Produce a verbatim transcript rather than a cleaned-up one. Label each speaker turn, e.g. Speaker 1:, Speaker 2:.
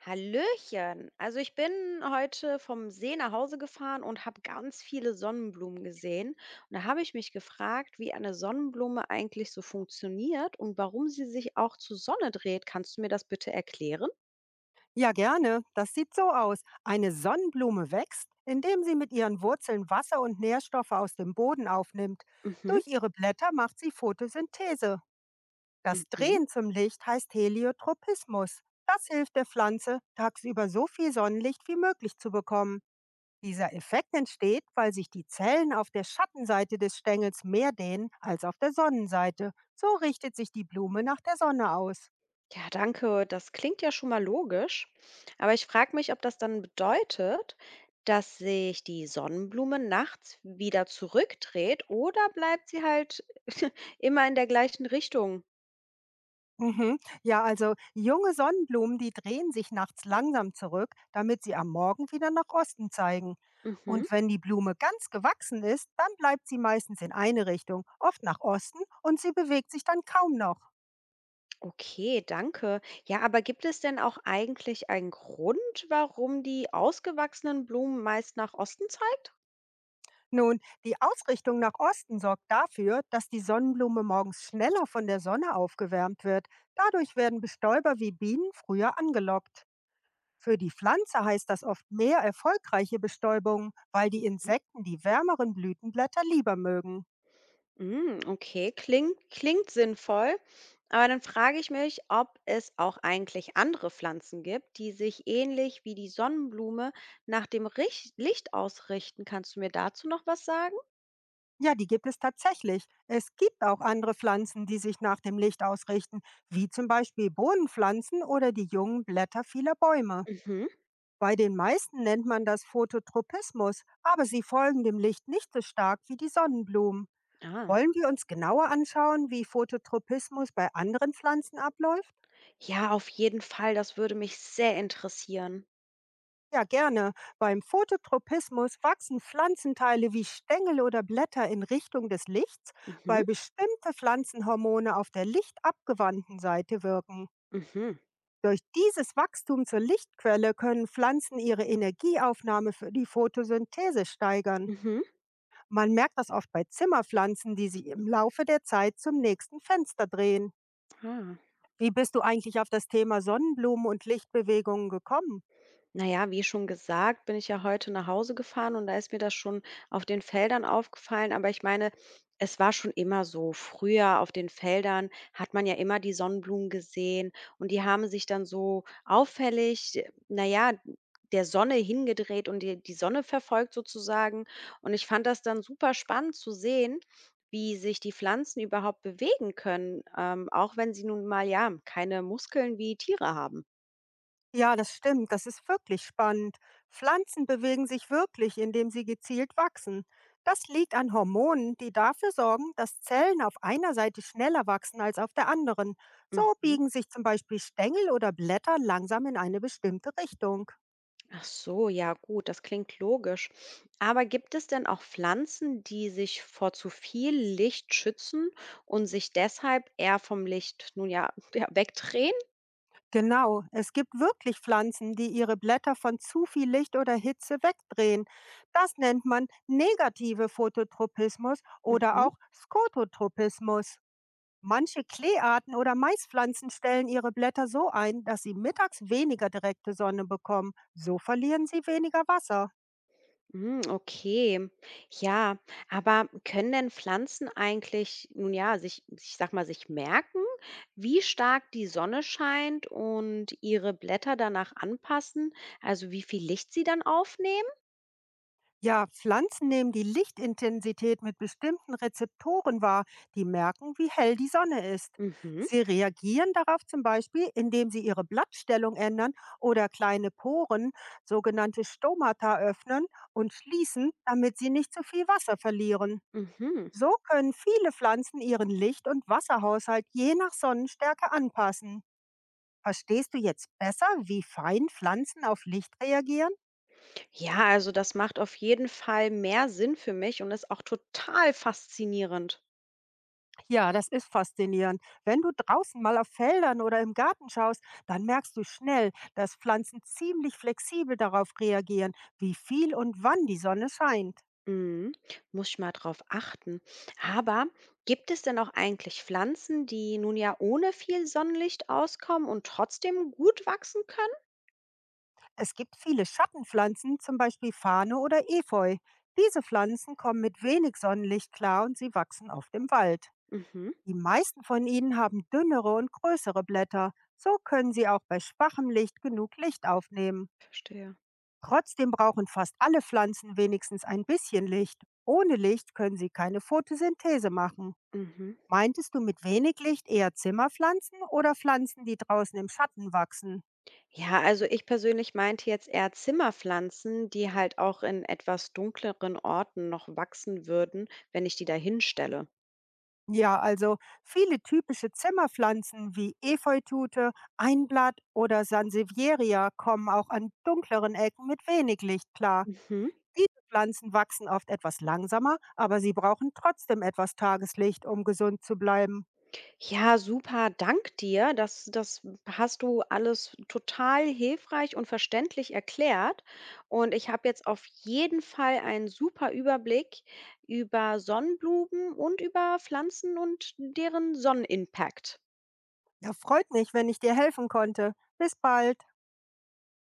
Speaker 1: Hallöchen. Also ich bin heute vom See nach Hause gefahren und habe ganz viele Sonnenblumen gesehen. Und da habe ich mich gefragt, wie eine Sonnenblume eigentlich so funktioniert und warum sie sich auch zur Sonne dreht. Kannst du mir das bitte erklären?
Speaker 2: Ja, gerne. Das sieht so aus. Eine Sonnenblume wächst, indem sie mit ihren Wurzeln Wasser und Nährstoffe aus dem Boden aufnimmt.
Speaker 1: Mhm,
Speaker 2: Durch ihre Blätter macht sie Photosynthese. Das
Speaker 1: mhm.
Speaker 2: Drehen zum Licht heißt Heliotropismus. Das hilft der Pflanze, tagsüber so viel Sonnenlicht wie möglich zu bekommen. Dieser Effekt entsteht, weil sich die Zellen auf der Schattenseite des Stängels mehr dehnen als auf der Sonnenseite. So richtet sich die Blume nach der Sonne aus.
Speaker 1: Ja, danke. Das klingt ja schon mal logisch. Aber ich frage mich, ob das dann bedeutet, dass sich die Sonnenblume nachts wieder zurückdreht oder bleibt sie halt immer in der gleichen Richtung?
Speaker 2: Mhm. Ja, also junge Sonnenblumen, die drehen sich nachts langsam zurück, damit sie am Morgen wieder nach Osten zeigen.
Speaker 1: Mhm.
Speaker 2: Und wenn die Blume ganz gewachsen ist, dann bleibt sie meistens in eine Richtung, oft nach Osten, und sie bewegt sich dann kaum noch.
Speaker 1: Okay, danke. Ja, aber gibt es denn auch eigentlich einen Grund, warum die ausgewachsenen Blumen meist nach Osten zeigt?
Speaker 2: Nun, die Ausrichtung nach Osten sorgt dafür, dass die Sonnenblume morgens schneller von der Sonne aufgewärmt wird. Dadurch werden Bestäuber wie Bienen früher angelockt. Für die Pflanze heißt das oft mehr erfolgreiche Bestäubung, weil die Insekten die wärmeren Blütenblätter lieber mögen.
Speaker 1: Mm, okay, klingt, klingt sinnvoll. Aber dann frage ich mich, ob es auch eigentlich andere Pflanzen gibt, die sich ähnlich wie die Sonnenblume nach dem Rich Licht ausrichten. Kannst du mir dazu noch was sagen?
Speaker 2: Ja, die gibt es tatsächlich. Es gibt auch andere Pflanzen, die sich nach dem Licht ausrichten, wie zum Beispiel Bohnenpflanzen oder die jungen Blätter vieler Bäume.
Speaker 1: Mhm.
Speaker 2: Bei den meisten nennt man das Phototropismus, aber sie folgen dem Licht nicht so stark wie die Sonnenblumen.
Speaker 1: Ah.
Speaker 2: Wollen wir uns genauer anschauen, wie Phototropismus bei anderen Pflanzen abläuft?
Speaker 1: Ja, auf jeden Fall. Das würde mich sehr interessieren.
Speaker 2: Ja, gerne. Beim Phototropismus wachsen Pflanzenteile wie Stängel oder Blätter in Richtung des Lichts,
Speaker 1: Mhm.
Speaker 2: weil bestimmte Pflanzenhormone auf der lichtabgewandten Seite wirken.
Speaker 1: Mhm.
Speaker 2: Durch dieses Wachstum zur Lichtquelle können Pflanzen ihre Energieaufnahme für die Photosynthese steigern.
Speaker 1: Mhm.
Speaker 2: Man merkt das oft bei Zimmerpflanzen, die sie im Laufe der Zeit zum nächsten Fenster drehen.
Speaker 1: Ah.
Speaker 2: Wie bist du eigentlich auf das Thema Sonnenblumen und Lichtbewegungen gekommen?
Speaker 1: Na ja, wie schon gesagt, bin ich ja heute nach Hause gefahren und da ist mir das schon auf den Feldern aufgefallen. Aber ich meine, es war schon immer so. Früher auf den Feldern hat man ja immer die Sonnenblumen gesehen und die haben sich dann so auffällig, äh, na ja, der Sonne hingedreht und die, die Sonne verfolgt sozusagen. Und ich fand das dann super spannend zu sehen, wie sich die Pflanzen überhaupt bewegen können, ähm, auch wenn sie nun mal ja keine Muskeln wie Tiere haben.
Speaker 2: Ja, das stimmt. Das ist wirklich spannend. Pflanzen bewegen sich wirklich, indem sie gezielt wachsen. Das liegt an Hormonen, die dafür sorgen, dass Zellen auf einer Seite schneller wachsen als auf der anderen. So
Speaker 1: Mhm.
Speaker 2: biegen sich zum Beispiel Stängel oder Blätter langsam in eine bestimmte Richtung.
Speaker 1: Ach so, ja gut, das klingt logisch. Aber gibt es denn auch Pflanzen, die sich vor zu viel Licht schützen und sich deshalb eher vom Licht, nun ja, ja wegdrehen?
Speaker 2: Genau, es gibt wirklich Pflanzen, die ihre Blätter von zu viel Licht oder Hitze wegdrehen. Das nennt man negative Phototropismus oder
Speaker 1: Mhm.
Speaker 2: auch Skototropismus. Manche Kleearten oder Maispflanzen stellen ihre Blätter so ein, dass sie mittags weniger direkte Sonne bekommen. So verlieren sie weniger Wasser.
Speaker 1: Mm, okay, ja, aber können denn Pflanzen eigentlich, nun ja, sich, ich sag mal, sich merken, wie stark die Sonne scheint und ihre Blätter danach anpassen, also wie viel Licht sie dann aufnehmen?
Speaker 2: Ja, Pflanzen nehmen die Lichtintensität mit bestimmten Rezeptoren wahr, die merken, wie hell die Sonne ist.
Speaker 1: Mhm,
Speaker 2: Sie reagieren darauf zum Beispiel, indem sie ihre Blattstellung ändern oder kleine Poren, sogenannte Stomata, öffnen und schließen, damit sie nicht zu viel Wasser verlieren.
Speaker 1: mhm.
Speaker 2: So können viele Pflanzen ihren Licht- und Wasserhaushalt je nach Sonnenstärke anpassen. Verstehst du jetzt besser, wie fein Pflanzen auf Licht reagieren?
Speaker 1: Ja, also das macht auf jeden Fall mehr Sinn für mich und ist auch total faszinierend.
Speaker 2: Ja, das ist faszinierend. Wenn du draußen mal auf Feldern oder im Garten schaust, dann merkst du schnell, dass Pflanzen ziemlich flexibel darauf reagieren, wie viel und wann die Sonne scheint.
Speaker 1: Mhm. Muss ich mal drauf achten. Aber gibt es denn auch eigentlich Pflanzen, die nun ja ohne viel Sonnenlicht auskommen und trotzdem gut wachsen können?
Speaker 2: Es gibt viele Schattenpflanzen, zum Beispiel Fahne oder Efeu. Diese Pflanzen kommen mit wenig Sonnenlicht klar und sie wachsen oft im Wald.
Speaker 1: Mhm.
Speaker 2: Die meisten von ihnen haben dünnere und größere Blätter. So können sie auch bei schwachem Licht genug Licht aufnehmen.
Speaker 1: Verstehe.
Speaker 2: Trotzdem brauchen fast alle Pflanzen wenigstens ein bisschen Licht. Ohne Licht können sie keine Photosynthese machen.
Speaker 1: Mhm.
Speaker 2: Meintest du mit wenig Licht eher Zimmerpflanzen oder Pflanzen, die draußen im Schatten wachsen?
Speaker 1: Ja, also ich persönlich meinte jetzt eher Zimmerpflanzen, die halt auch in etwas dunkleren Orten noch wachsen würden, wenn ich die da hinstelle.
Speaker 2: Ja, also viele typische Zimmerpflanzen wie Efeutute, Einblatt oder Sansevieria kommen auch an dunkleren Ecken mit wenig Licht klar.
Speaker 1: Mhm.
Speaker 2: Diese Pflanzen wachsen oft etwas langsamer, aber sie brauchen trotzdem etwas Tageslicht, um gesund zu bleiben.
Speaker 1: Ja, super, dank dir. Das, das hast du alles total hilfreich und verständlich erklärt. Und ich habe jetzt auf jeden Fall einen super Überblick über Sonnenblumen und über Pflanzen und deren Sonnenimpact.
Speaker 2: Ja, freut mich, wenn ich dir helfen konnte. Bis bald.